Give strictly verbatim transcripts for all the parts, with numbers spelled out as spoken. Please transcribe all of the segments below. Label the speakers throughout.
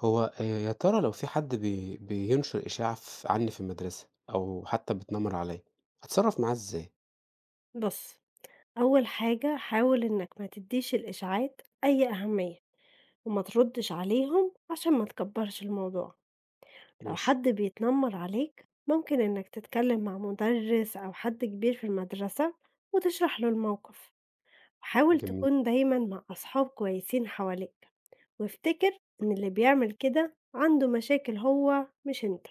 Speaker 1: هو آآ يا ترى لو في حد بي بينشر إشاعة ف عني في المدرسة أو حتى بيتنمر عليَّ، أتصرّف معاه إزاي؟
Speaker 2: بُص، أول حاجة حاول إنك ما تدّيش الإشاعات أي أهمية، وما تردّش عليهم عشان ما تكبّرش الموضوع. لو
Speaker 1: ماشي.
Speaker 2: حد بيتنمّر عليك ممكن إنك تتكلّم مع مُدرِّس أو حد كبير في المدرسة وتشرح له الموقف، وحاول
Speaker 1: جميل،
Speaker 2: تكون دايمًا مع أصحاب كويسين حواليك، وافتكر إن اللي بيعمل كده عنده مشاكل هو مش أنت.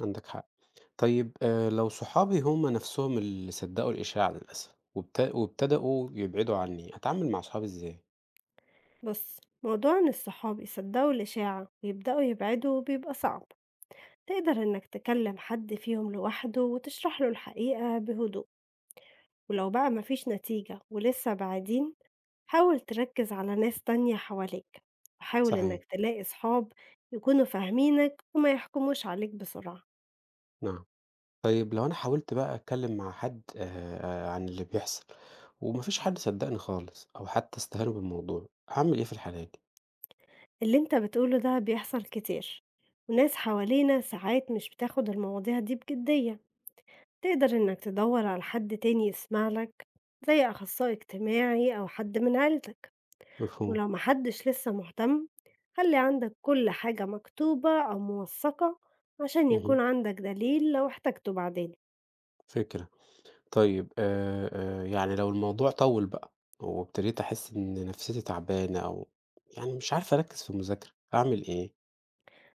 Speaker 1: عندك حق. طيب آآ لو صحابي هم نفسهم اللي صدّقوا الإشاعة للأسف وابت وابتدأوا يبعدوا عني، أتعامل مع صحابي إزاي؟
Speaker 2: بُص، موضوع إن الصحاب يصدّقوا الإشاعة ويبدؤوا يبعدوا بيبقى صعب. تقدر إنك تكلم حد فيهم لوحده وتشرح له الحقيقة بهدوء، ولو بقى مفيش نتيجة ولسه بعدين حاول تركز على ناس تانية حواليك وحاول
Speaker 1: صحيح،
Speaker 2: إنك تلاقي صحاب يكونوا فاهمينك وما يحكموش عليك بسرعة.
Speaker 1: نعم. طيب لو أنا حاولت بقى أتكلم مع حد آآ عن اللي بيحصل وما فيش حد صدّقني خالص أو حتى استهانوا بالموضوع، أعمل إيه في الحالة دي؟
Speaker 2: اللي انت بتقوله ده بيحصل كتير، وناس حوالينا ساعات مش بتاخد المواضيع دي بجدية. تقدر إنك تدور على حد تاني يسمعلك، زي أخصائي اجتماعي أو حد من عيلتك،
Speaker 1: مفهوم،
Speaker 2: ولو محدش لسه مهتم خلي عندك كل حاجة مكتوبة أو موثقة عشان
Speaker 1: اهم،
Speaker 2: يكون عندك دليل لو احتجته بعدين.
Speaker 1: فكرة. طيب آآ، آآ، يعني لو الموضوع طوّل بقى، وابتديت أحس إن نفسيتي تعبانة أو يعني مش عارف أركّز في المذاكرة، أعمل إيه؟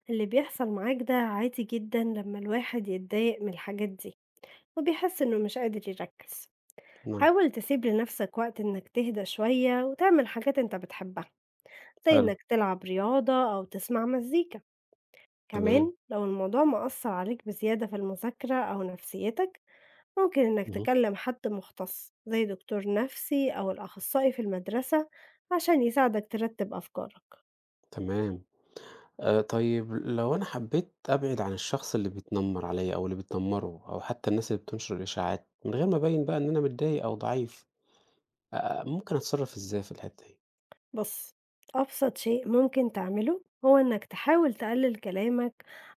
Speaker 2: اللي بيحصل معاك ده عادي جدا لما الواحد يتضايق من الحاجات دي وبيحس إنه مش قادر يركز.
Speaker 1: نعم،
Speaker 2: حاول تسيب لنفسك وقت إنك تهدى شوية وتعمل حاجات إنت بتحبها، زي
Speaker 1: حلو،
Speaker 2: إنك تلعب رياضة أو تسمع مزيكا.
Speaker 1: تمام،
Speaker 2: كمان لو الموضوع مأثر عليك بزيادة في المذاكرة أو نفسيتك، ممكن إنك
Speaker 1: اهم،
Speaker 2: تكلم حد مختص زي دكتور نفسي أو الأخصائي في المدرسة عشان يساعدك ترتب أفكارك.
Speaker 1: تمام. آآ، طيب لو أنا حبيت أبعد عن الشخص اللي بيتنمّر عليَّ أو اللي بتنمّره أو حتى الناس اللي بتنشر الإشاعات، من غير ما أبيّن بقى إن أنا متضايق أو ضعيف، آآ، ممكن أتصرّف إزاي في الحتّة دي؟
Speaker 2: بص، أبسط شيء ممكن تعمله هو إنك تحاول تقلل كلامك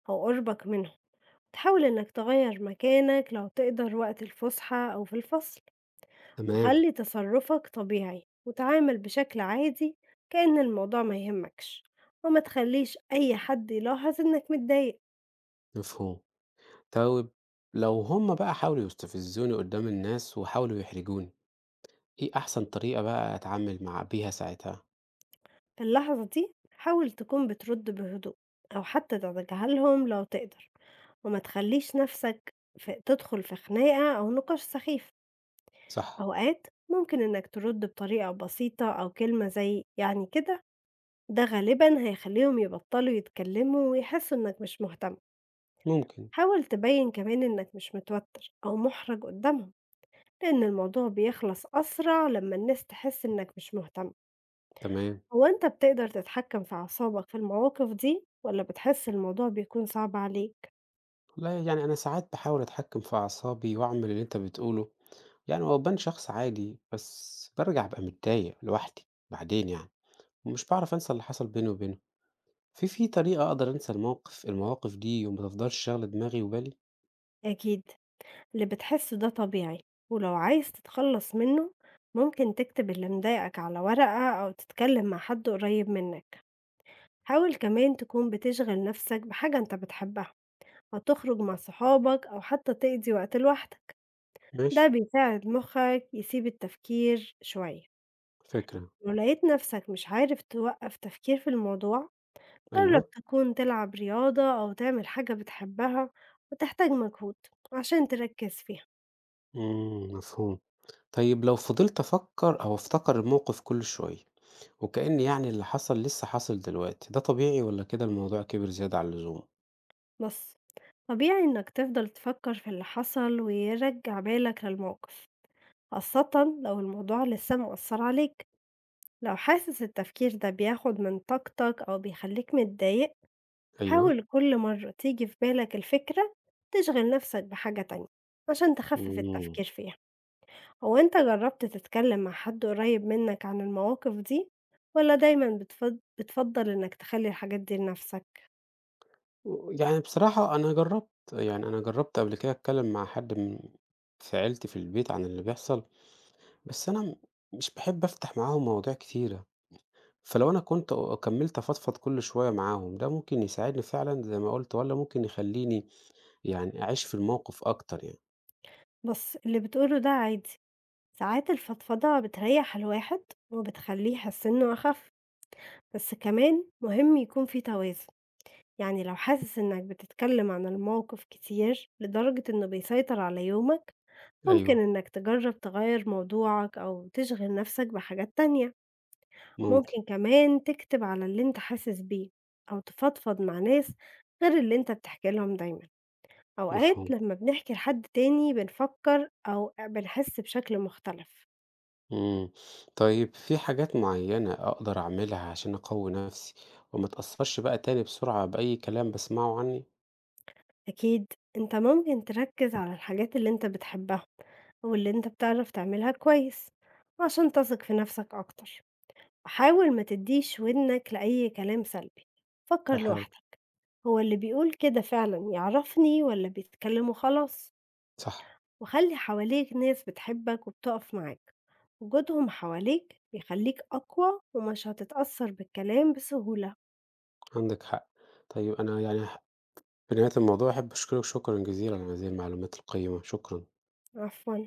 Speaker 2: أو قربك منهم. تحاول إنك تغير مكانك لو تقدر وقت الفسحة أو في الفصل،
Speaker 1: تمام،
Speaker 2: وخلي تصرفك طبيعي وتعامل بشكل عادي كأن الموضوع ما يهمكش، وما تخليش أي حد يلاحظ إنك متضايق.
Speaker 1: مفهوم. طيب لو هُم بقى حاولوا يستفزوني قدّام الناس وحاولوا يحرجوني؟ إيه أحسن طريقة بقى أتعامل مع بيها ساعتها؟
Speaker 2: في اللحظة دي حاول تكون بترد بهدوء أو حتى ترجع لهم لو تقدر، وما تخليش نفسك في تدخل في خناقة أو نقاش سخيف.
Speaker 1: صح،
Speaker 2: أوقات ممكن إنك ترد بطريقة بسيطة أو كلمة زي يعني كده. ده غالبا هيخليهم يبطلوا يتكلموا ويحسوا إنك مش مهتم.
Speaker 1: ممكن،
Speaker 2: حاول تبين كمان إنك مش متوتر أو محرج قدامهم، لأن الموضوع بيخلص أسرع لما الناس تحس إنك مش مهتم.
Speaker 1: تمام.
Speaker 2: هو أنت بتقدر تتحكم في أعصابك في المواقف دي والّا بتحس الموضوع بيكون صعب عليك؟
Speaker 1: والله يعني أنا ساعات باحاول أتحكم في أعصابي وأعمل اللي أنت بتقوله، يعني هو بابان شخص عادي، بس بارجع أبقى متضايق لوحدي بعدين يعني، ومش باعرف أنسى اللي حصل بيني وبينهم. في في طريقة أقدر أنسى المواقف المواقف دي وما تفضلش شاغلة دماغي وبالي؟
Speaker 2: أكيد، اللي بتحسه ده طبيعي، ولو عايز تتخلص منه ممكن تكتب اللي مضايقك على ورقة أو تتكلم مع حد قريب منك. حاول كمان تكون بتشغل نفسك بحاجة أنت بتحبها أو تخرج مع صحابك أو حتى تقضي وقت لوحدك،
Speaker 1: ماشي،
Speaker 2: ده بيساعد مخك يسيب التفكير شوية.
Speaker 1: فكرة،
Speaker 2: ولو لقيت نفسك مش عارف توقف تفكير في الموضوع، جرب
Speaker 1: أيوه،
Speaker 2: تكون تلعب رياضة أو تعمل حاجة بتحبها وتحتاج مجهود عشان تركز فيها.
Speaker 1: إمم، مفهوم. طيب لو فضلت أفكر أو أفتكر الموقف كل شوية وكأن يعني اللي حصل لسه حاصل دلوقتي، ده طبيعي والّا كده الموضوع كبر زيادة عن اللزوم؟
Speaker 2: بس طبيعي إنك تفضل تفكر في اللي حصل ويرجع بالك للموقف، خاصة لو الموضوع لسه مؤثر عليك، لو حاسس التفكير ده بياخد من طاقتك أو بيخليك متضايق.
Speaker 1: أيوه.
Speaker 2: حاول كل مرة تيجي في بالك الفكرة تشغل نفسك بحاجة تانية عشان تخفف
Speaker 1: إمم.
Speaker 2: التفكير فيها. هو أنت جربت تتكلم مع حد قريب منك عن المواقف دي، ولا دايما بتفض... بتفضل إنك تخلي الحاجات دي لنفسك؟
Speaker 1: ويعني بصراحة أنا جرّبت، يعني أنا جرّبت قبل كده أتكلّم مع حد من في عيلتي في البيت عن اللي بيحصل، بس أنا م مش باحب أفتح معاهم مواضيع كتيرة، فلو أنا كنت أ- كمّلت أفضفض كل شوية معاهم، ده ممكن يساعدني فعلًا زي ما قُلت والّا ممكن يخلّيني يعني أعيش في الموقف أكتر يعني؟
Speaker 2: بس اللي بتقوله ده عادي، ساعات الفضفضة بتريح الواحد وبتخليه يحس إنه أخف. بس كمان مهم يكون في توازن، يعني لو حاسس إنك بتتكلم عن الموقف كتير لدرجة إنه بيسيطر على يومك، ممكن
Speaker 1: أيوه،
Speaker 2: إنك تجرب تغير موضوعك أو تشغل نفسك بحاجات تانية.
Speaker 1: ممكن،
Speaker 2: ممكن كمان تكتب على اللي انت حاسس بيه أو تفضفض مع ناس غير اللي انت بتحكي لهم دايما. أوقات
Speaker 1: مفهوم.
Speaker 2: لما بنحكي لحد تاني بنفكر أو بنحس بشكل مختلف.
Speaker 1: إمم. طيب في حاجات معيّنة أقدر أعملها عشان أقوّي نَفْسي وما أتأثّرش بقى تاني بسرعة بأي كلام باسمعه عنّي؟
Speaker 2: أكيد، انت ممكن تركز على الحاجات اللي انت بتحبها أو اللي انت بتعرف تعملها كويس عشان تثق في نفسك أكتر، وحاول ما تديش ودنك لأي كلام سلبي. فكر
Speaker 1: هاحاول.
Speaker 2: لوحدك، هو اللي بيقول كده فعلا يعرفني ولا بيتكلم وخلاص.
Speaker 1: صح،
Speaker 2: وخلّي حواليك ناس بتحبك وبتقف معاك، وجودهم حواليك بيخلّيك أقوى ومش هتتأثر بالكلام بسهولة.
Speaker 1: عندِك حق. طيب أنا يعني ح في نهاية الموضوع أحب أشكرِك شكرًا جزيلًا على هذه المعلومات القيّمة، شكرًا.
Speaker 2: عفوًا.